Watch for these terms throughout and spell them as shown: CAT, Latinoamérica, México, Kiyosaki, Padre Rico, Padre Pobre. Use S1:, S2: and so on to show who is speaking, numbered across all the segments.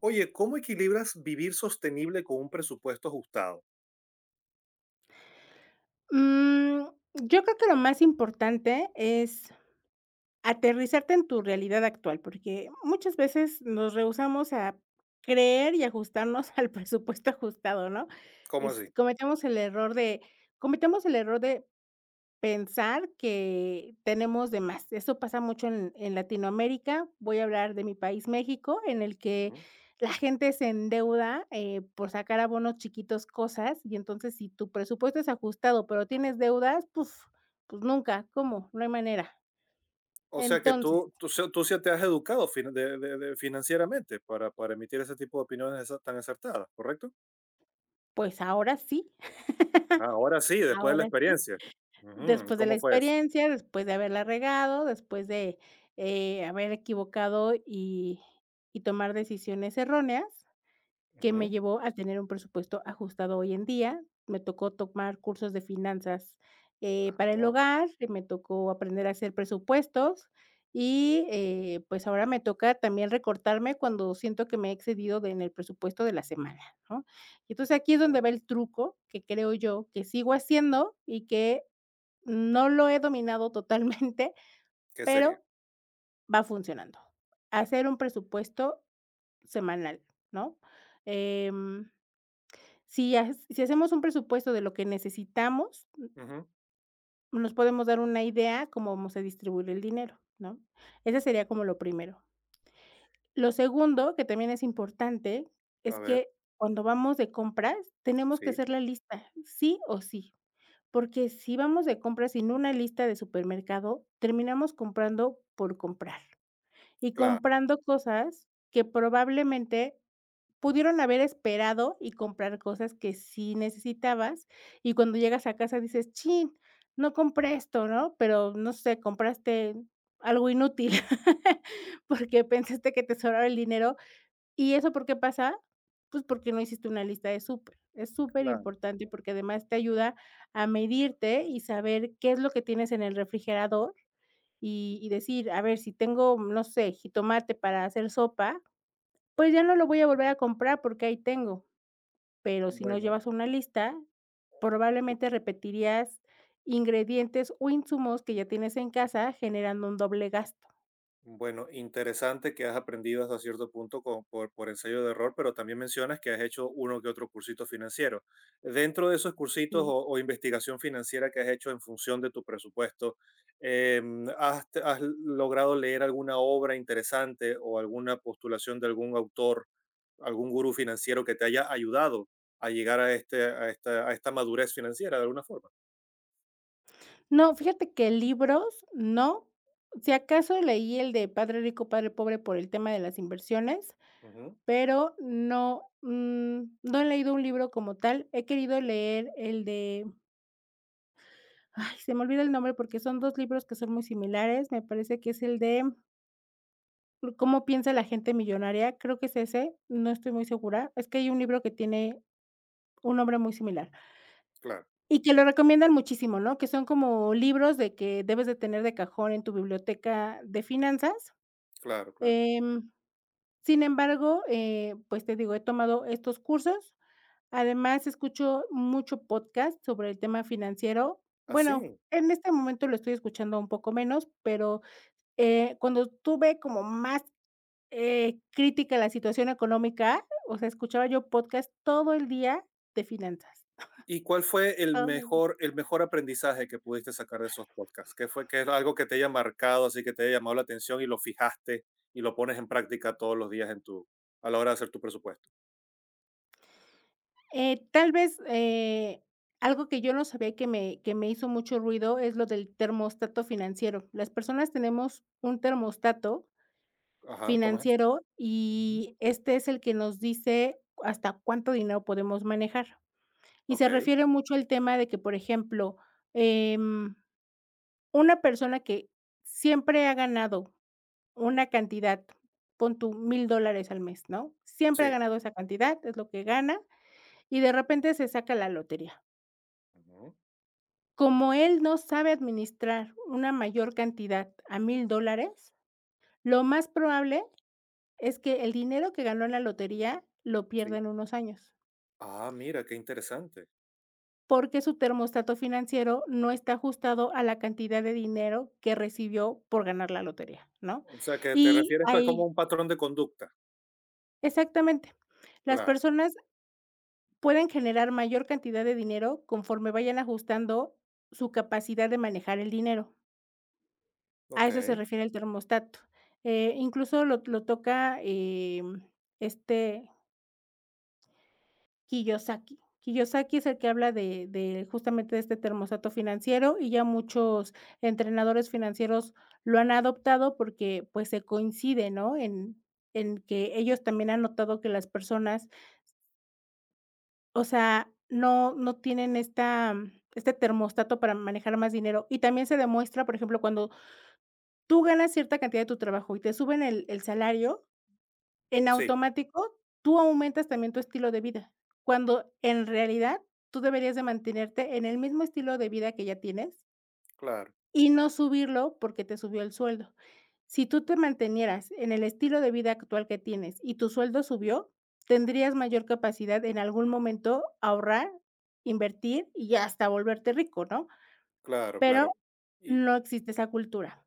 S1: Oye, ¿cómo equilibras vivir sostenible con un presupuesto ajustado?
S2: Mm, yo creo que lo más importante es aterrizarte en tu realidad actual, porque muchas veces nos rehusamos a creer y ajustarnos al presupuesto ajustado, ¿no?
S1: ¿Cómo
S2: Es
S1: así?
S2: cometemos el error de cometemos el error de pensar que tenemos de más. Eso pasa mucho en Latinoamérica. Voy a hablar de mi país, México, en el que
S1: Ujú.
S2: la gente se endeuda, por sacar a bonos chiquitos cosas, y entonces, si tu presupuesto es ajustado, pero tienes deudas, puf, pues nunca, ¿cómo? No hay manera.
S1: O sea que
S2: Entonces,
S1: tú sí te has educado financieramente para emitir ese tipo de opiniones tan acertadas, ¿correcto?
S2: pues
S1: Ah, ahora sí, después de la
S2: ahora sí,
S1: experiencia. Ujú, ¿y
S2: después de la
S1: ¿Cómo fue eso?
S2: experiencia, después de haberla regado, después de haber equivocado y tomar decisiones erróneas que me
S1: Ujú.
S2: llevó a tener un presupuesto ajustado hoy en día. Me tocó tomar cursos de finanzas, para el
S1: Ah,
S2: hogar, y me tocó aprender a hacer presupuestos y, pues, ahora me toca también recortarme cuando siento que me he excedido de en el presupuesto de la semana, ¿no? Y entonces aquí es donde
S1: mm,
S2: va el truco que creo yo que sigo haciendo y que no lo he dominado totalmente,
S1: ¿Qué sería?
S2: pero va funcionando. Hacer un presupuesto semanal, ¿no? Em si hacemos un presupuesto de lo que necesitamos,
S1: Ujú.
S2: nos podemos dar una idea cómo vamos a distribuir el dinero, ¿no? Ese sería como lo primero. Lo segundo, que también es importante,
S1: A
S2: es
S1: ver,
S2: que cuando vamos de compras, tenemos que
S1: sí,
S2: hacer la lista, sí o sí, porque si vamos de compras sin una lista de supermercado, terminamos comprando por comprar y
S1: claro,
S2: comprando cosas que probablemente pudieron haber esperado y comprar cosas que sí necesitabas, y cuando llegas a casa dices: "Chin, no compré esto", ¿no? Pero, no sé, compraste algo inútil, porque pensaste que te sobraba el dinero. ¿Y eso por qué pasa? Pues, porque no hiciste una lista de súper. Es súper
S1: claro.
S2: importante porque además te ayuda a medirte y saber qué es lo que tienes en el refrigerador y decir: "A ver, si tengo, no sé, jitomate para hacer sopa, pues ya no lo voy a volver a comprar porque ahí tengo". Pero si no
S1: Bueno.
S2: llevas una lista, probablemente repetirías ingredientes o insumos que ya tienes en casa, generando un doble gasto.
S1: Bueno, interesante que has aprendido hasta cierto punto por ensayo de error, pero también mencionas que has hecho uno que otro cursito financiero. Dentro de esos cursitos
S2: Sí.
S1: o investigación financiera que has hecho en función de tu presupuesto, has logrado leer alguna obra interesante o alguna postulación de algún autor, algún gurú financiero que te haya ayudado a llegar a, este, a esta madurez financiera de alguna forma?
S2: No, fíjate que libros no. Si acaso leí el de Padre Rico, Padre Pobre por el tema de las inversiones,
S1: Ujú.
S2: pero no, no he leído un libro como tal. He querido leer el de, ay, se me olvida el nombre porque son dos libros que son muy similares. Me parece que es el de ¿Cómo piensa la gente millonaria? Creo que es ese, no estoy muy segura. Es que hay un libro que tiene un nombre muy similar
S1: Claro,
S2: y que lo recomiendan muchísimo, ¿no? Que son como libros de que debes de tener de cajón en tu biblioteca de finanzas.
S1: claro, claro.
S2: Em, sin embargo, pues te digo, he tomado estos cursos. Además, escucho mucho podcast sobre el tema financiero. Bueno,
S1: Así.
S2: en este momento lo estoy escuchando un poco menos, pero, cuando tuve como más crítica a la situación económica, o sea, escuchaba yo podcast todo el día de finanzas.
S1: ¿Y cuál fue
S2: Oh.
S1: el mejor aprendizaje que pudiste sacar de esos podcasts? ¿Qué fue que es algo que te haya marcado, así que te haya llamado la atención y lo fijaste y lo pones en práctica todos los días en tu, a la hora de hacer tu presupuesto?
S2: Tal vez, algo que yo no sabía y que me hizo mucho ruido es lo del termostato financiero. Las personas tenemos un termostato
S1: Ajá, ¿cómo es?
S2: financiero
S1: Ujú.
S2: y este es el que nos dice hasta cuánto dinero podemos manejar. Y
S1: Ok,
S2: se refiere mucho al tema de que, por ejemplo, em, una persona que siempre ha ganado una cantidad, pon tú $1000 al mes, ¿no? Siempre ha
S1: sí.
S2: ganado esa cantidad, es lo que gana, y de repente se saca la lotería.
S1: Ujú.
S2: Como él no sabe administrar una mayor cantidad a $1000, lo más probable es que el dinero que ganó en la lotería lo pierda
S1: Sí.
S2: en unos años,
S1: Ah, mira, qué interesante.
S2: porque su termostato financiero no está ajustado a la cantidad de dinero que recibió por ganar la lotería, ¿no?
S1: O sea, que te
S2: Y
S1: refieres a como
S2: ahí
S1: un patrón de conducta.
S2: exactamente. Las
S1: Claro.
S2: personas pueden generar mayor cantidad de dinero conforme vayan ajustando su capacidad de manejar el dinero. A
S1: Ok,
S2: eso se refiere el termostato. Incluso lo toca, este Kiyosaki. Kiyosaki es el que habla de justamente de este termostato financiero, y ya muchos entrenadores financieros lo han adoptado porque, pues, se coincide, ¿no? En que ellos también han notado que las personas, o sea, no tienen esta este termostato para manejar más dinero. Y también se demuestra, por ejemplo, cuando tú ganas cierta cantidad de tu trabajo y te suben el salario, en
S1: sí,
S2: automático tú aumentas también tu estilo de vida, cuando en realidad tú deberías de mantenerte en el mismo estilo de vida que ya tienes
S1: claro,
S2: y no subirlo porque te subió el sueldo. Si tú te mantenieras en el estilo de vida actual que tienes y tu sueldo subió, tendrías mayor capacidad en algún momento ahorrar, invertir y hasta volverte rico, ¿no?
S1: claro, claro.
S2: Pero no existe esa cultura.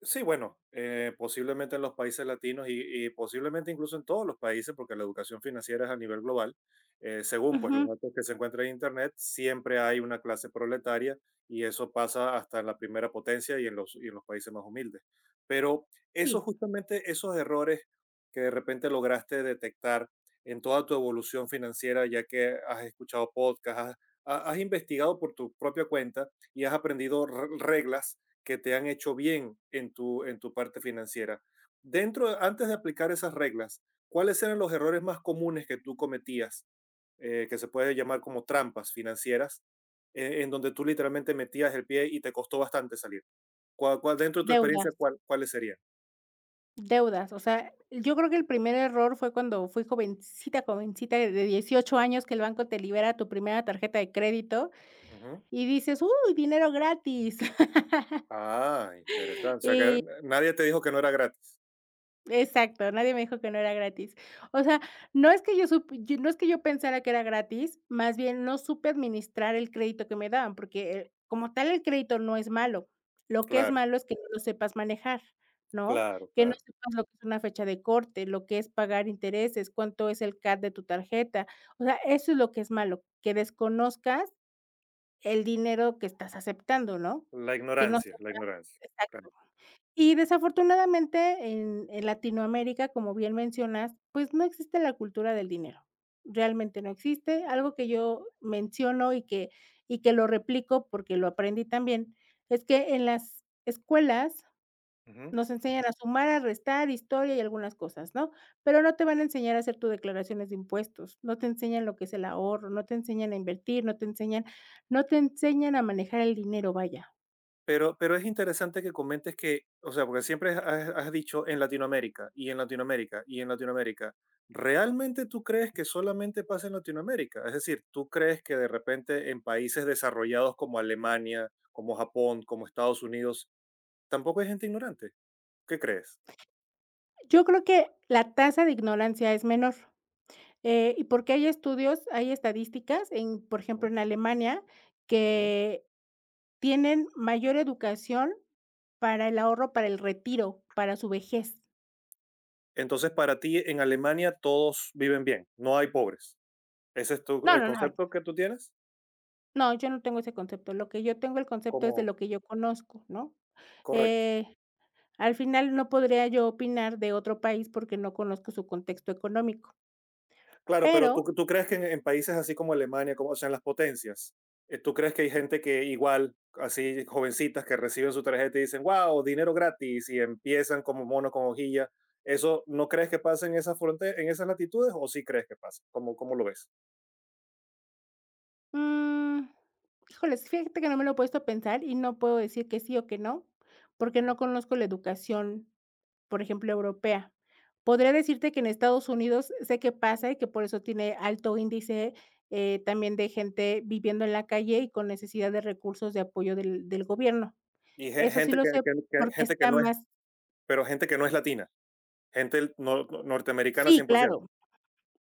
S1: Sí, bueno, posiblemente en los países latinos y posiblemente incluso en todos los países, porque la educación financiera es a nivel global. Según pues los
S2: Ujú,
S1: datos que se encuentran en Internet, siempre hay una clase proletaria y eso pasa hasta en la primera potencia y en los países más humildes. Pero eso
S2: sí,
S1: justamente, esos errores que de repente lograste detectar en toda tu evolución financiera, ya que has escuchado podcasts, has, has investigado por tu propia cuenta y has aprendido reglas que te han hecho bien en tu parte financiera. Dentro, antes de aplicar esas reglas, ¿cuáles eran los errores más comunes que tú cometías, que se puede llamar como trampas financieras, en donde tú literalmente metías el pie y te costó bastante salir? ¿Cuál, dentro de tu experiencia,
S2: deudas,
S1: cuáles serían?
S2: deudas. O sea, yo creo que el primer error fue cuando fui jovencita, jovencita de 18 años que el banco te libera tu primera tarjeta de crédito
S1: Ujú.
S2: y dices: "Uy, dinero gratis".
S1: Ah, interesante. O sea, que
S2: Y
S1: nadie te dijo que no era gratis.
S2: exacto, nadie me dijo que no era gratis. O sea, no es que yo sup yo no es que yo pensara que era gratis, más bien no supe administrar el crédito que me daban, porque, como tal el crédito no es malo, lo que es
S1: Claro,
S2: malo es que no lo sepas manejar, ¿no?
S1: claro,
S2: Que no
S1: claro.
S2: sepas lo que es una fecha de corte, lo que es pagar intereses, cuánto es el CAT de tu tarjeta, o sea, eso es lo que es malo, que desconozcas el dinero que estás aceptando, ¿no?
S1: La
S2: Que no
S1: ignorancia,
S2: sepas
S1: la ignorancia. Claro.
S2: desafortunadamente en Latinoamérica, como bien mencionas, pues no existe la cultura del dinero. Realmente no existe. Algo que yo menciono y que lo replico porque lo aprendí también, es que en las escuelas
S1: Ujú.
S2: nos enseñan a sumar, a restar, historia y algunas cosas, ¿no? Pero no te van a enseñar a hacer tus declaraciones de impuestos, no te enseñan lo que es el ahorro, no te enseñan a invertir, no te enseñan a manejar el dinero, vaya.
S1: Pero es interesante que comentes que, o sea, porque siempre has, has dicho en Latinoamérica y en Latinoamérica y en Latinoamérica. ¿Realmente tú crees que solamente pasa en Latinoamérica? Es decir, ¿tú crees que de repente en países desarrollados como Alemania, como Japón, como Estados Unidos, tampoco hay gente ignorante? ¿Qué crees?
S2: Yo creo que la tasa de ignorancia es menor. Y porque hay estudios, hay estadísticas en, por ejemplo,
S1: Ujú,
S2: en Alemania,
S1: ujú.
S2: que tienen mayor educación para el ahorro, para el retiro, para su vejez.
S1: Entonces, para ti en Alemania todos viven bien, no hay pobres. ¿Ese es tu,
S2: No,
S1: el
S2: no, no,
S1: concepto que tú tienes?
S2: no, yo no tengo ese concepto. Lo que yo tengo el concepto es de
S1: Como
S2: lo que yo conozco, ¿no?
S1: correcto.
S2: Eh, al final no podría yo opinar de otro país porque no conozco su contexto económico,
S1: Claro, pero tú,
S2: pero
S1: tú crees que en países así como Alemania, como, o sea, en las potencias, ¿tú crees que hay gente que igual, así jovencitas que reciben su tarjeta y dicen, wow, dinero gratis y empiezan como mono con hojilla? ¿Eso no crees que pasa en esas fronteras, en esas latitudes o sí crees que pasa? ¿Cómo, cómo lo ves?
S2: Mm, híjoles, fíjate que no me lo he puesto a pensar y no puedo decir que sí o que no, porque
S1: Ujú.
S2: no conozco la educación, por ejemplo, europea. Podría decirte que en Estados Unidos sé qué pasa y que por eso tiene alto índice también de gente viviendo en la calle y con necesidad de recursos de apoyo del gobierno.
S1: Y
S2: Eso sí
S1: gente
S2: lo
S1: que,
S2: sé porque
S1: gente que
S2: está
S1: no es,
S2: más,
S1: pero gente que no es latina, gente norteamericana
S2: sí,
S1: cien por ciento.
S2: claro,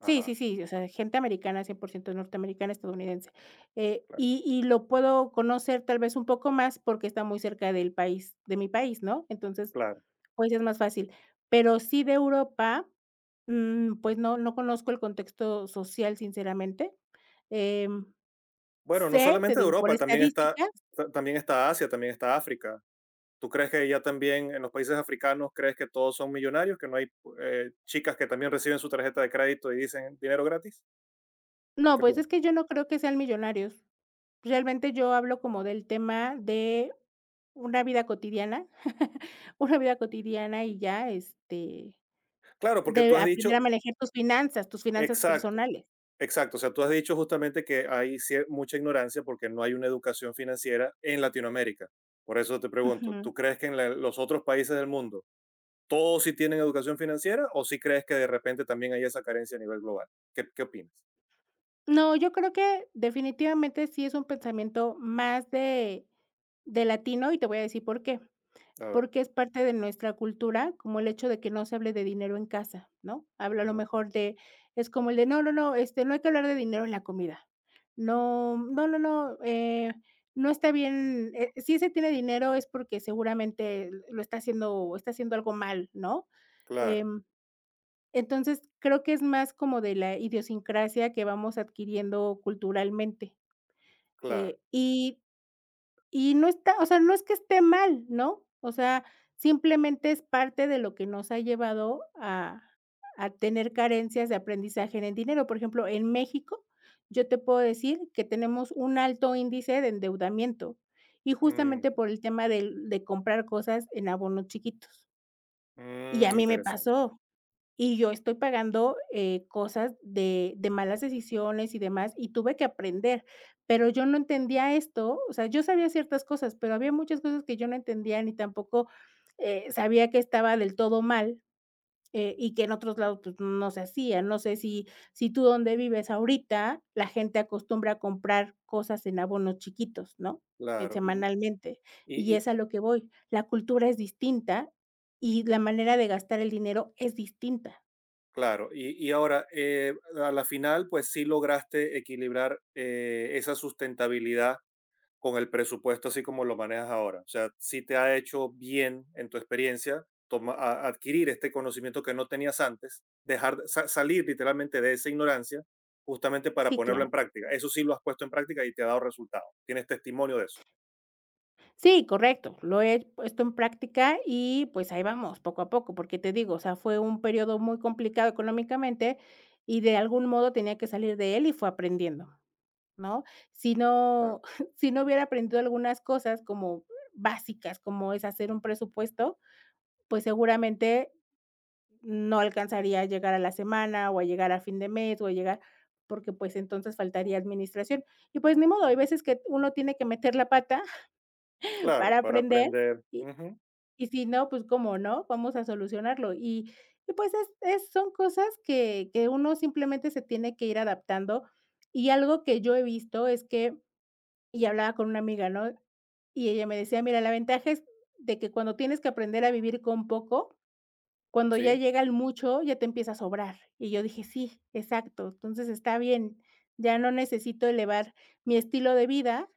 S2: sí,
S1: Ajá,
S2: sí, sí, o sea, gente americana, 100% norteamericana, estadounidense.
S1: claro,
S2: Y lo puedo conocer tal vez un poco más porque está muy cerca del país de mi país, ¿no? Entonces,
S1: claro.
S2: pues, es más fácil. Pero sí de Europa, pues no conozco el contexto social, sinceramente. Em,
S1: Bueno, no
S2: sé, te
S1: solamente
S2: digo, por
S1: Europa, también está,
S2: estadísticas
S1: también está Asia, también está África. ¿Tú crees que ya también en los países africanos crees que todos son millonarios, que no hay chicas que también reciben su tarjeta de crédito y dicen dinero gratis?
S2: no,
S1: ¿Qué
S2: pues, es
S1: piensas?
S2: que yo no creo que sean millonarios. Realmente yo hablo como del tema de una vida cotidiana, una vida cotidiana y ya, este
S1: Claro, porque tú
S2: de
S1: has dicho,
S2: aprender a manejar tus finanzas
S1: exacto,
S2: personales.
S1: exacto, o sea, tú has dicho justamente que hay mucha ignorancia porque no hay una educación financiera en Latinoamérica. Por eso te pregunto,
S2: Ujú.
S1: ¿tú crees que en los otros países del mundo todos sí tienen educación financiera o sí crees que de repente también hay esa carencia a nivel global? ¿Qué, qué opinas?
S2: No, yo creo que definitivamente sí es un pensamiento más de latino y te voy a decir por qué.
S1: A ver.
S2: Porque es parte de nuestra cultura, como el hecho de que no se hable de dinero en casa, ¿no? Habla a lo
S1: Ujú.
S2: mejor de es como el de: "No, no, no, este, no hay que hablar de dinero en la comida". No, no, no, no, no está bien, si se tiene dinero es porque seguramente lo está haciendo algo mal, ¿no?
S1: Claro,
S2: Em Entonces, creo que es más como de la idiosincrasia que vamos adquiriendo culturalmente,
S1: claro.
S2: y no está, o sea, no es que esté mal, ¿no? O sea, simplemente es parte de lo que nos ha llevado a tener carencias de aprendizaje en el dinero. Por ejemplo, en México, yo te puedo decir que tenemos un alto índice de endeudamiento, y justamente
S1: Mm,
S2: por el tema del de comprar cosas en abonos chiquitos. Y
S1: mm,
S2: a mí me
S1: interesante.
S2: pasó. Y yo estoy pagando, cosas de malas decisiones y demás, y tuve que aprender, pero yo no entendía esto, o sea, yo sabía ciertas cosas, pero había muchas cosas que yo no entendía ni tampoco, sabía que estaba del todo mal, y que en otros lados, pues, no se hacía. No sé si tú donde vives ahorita, la gente acostumbra a comprar cosas en abonos chiquitos, ¿no?,
S1: Claro, y,
S2: semanalmente,
S1: y-
S2: y
S1: y-
S2: es a lo que voy. La cultura es distinta y la manera de gastar el dinero es distinta.
S1: claro, y ahora, a la final, pues sí lograste equilibrar esa sustentabilidad con el presupuesto así como lo manejas ahora. O sea, sí te ha hecho bien en tu experiencia adquirir este conocimiento que no tenías antes, salir literalmente de esa ignorancia justamente para
S2: Sí,
S1: ponerlo en
S2: claro.
S1: práctica. Eso sí lo has puesto en práctica y te ha dado resultado. Tienes testimonio de eso.
S2: Sí, correcto. Lo he puesto en práctica y, pues, ahí vamos, poco a poco, porque te digo, o sea, fue un periodo muy complicado económicamente y de algún modo tenía que salir de él y fue aprendiendo, ¿no? Si
S1: Claro,
S2: no si no hubiera aprendido algunas cosas como básicas, como es hacer un presupuesto, pues, seguramente no alcanzaría a llegar a la semana o a llegar a fin de mes o a llegar porque, pues, entonces faltaría administración. Y, pues, ni modo, hay veces que uno tiene que meter la pata
S1: claro,
S2: para
S1: para
S2: aprender,
S1: aprender.
S2: y
S1: Ujú,
S2: si no, pues, ¿cómo no? Vamos a solucionarlo. Y pues, es son cosas que uno simplemente se tiene que ir adaptando. Y algo que yo he visto es que hablaba con una amiga, ¿no? Y ella me decía: "Mira, la ventaja es de que cuando tienes que aprender a vivir con poco, cuando ya
S1: sí.
S2: llega el mucho, ya te empieza a sobrar". Y yo dije: "Sí, exacto, entonces está bien, ya no necesito elevar mi estilo de vida,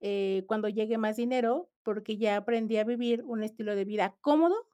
S2: cuando llegue más dinero, porque ya aprendí a vivir un estilo de vida cómodo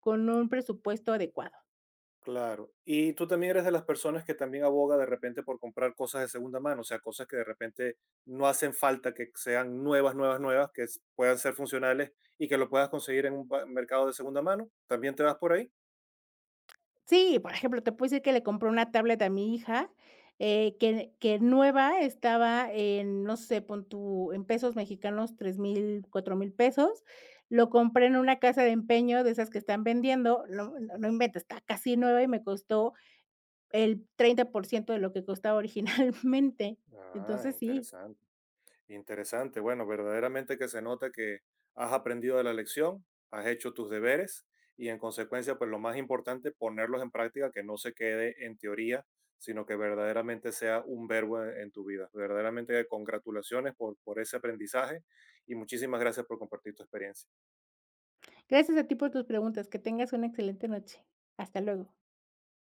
S2: con un presupuesto adecuado".
S1: Claro. Y tú también eres de las personas que también aboga de repente por comprar cosas de segunda mano, o sea, cosas que de repente no hacen falta que sean nuevas, nuevas, nuevas, que puedan ser funcionales y que lo puedas conseguir en un mercado de segunda mano. ¿También te vas por ahí?
S2: Sí, por ejemplo, te puedo decir que le compré una tablet a mi hija, que nueva estaba en, no sé, pon tú, en pesos mexicanos, 3000 4000 pesos. Lo compré en una casa de empeño de esas que están vendiendo, no no no inventes, está casi nueva y me costó el 30% de lo que costaba originalmente.
S1: Ah,
S2: Entonces, sí.
S1: interesante. Interesante. Bueno, verdaderamente que se nota que has aprendido de la lección, has hecho tus deberes y en consecuencia, pues lo más importante, ponerlos en práctica, que no se quede en teoría, sino que verdaderamente sea un verbo en tu vida. Verdaderamente congratulaciones por ese aprendizaje y muchísimas gracias por compartir tu experiencia.
S2: Gracias a ti por tus preguntas. Que tengas una excelente noche. Hasta luego.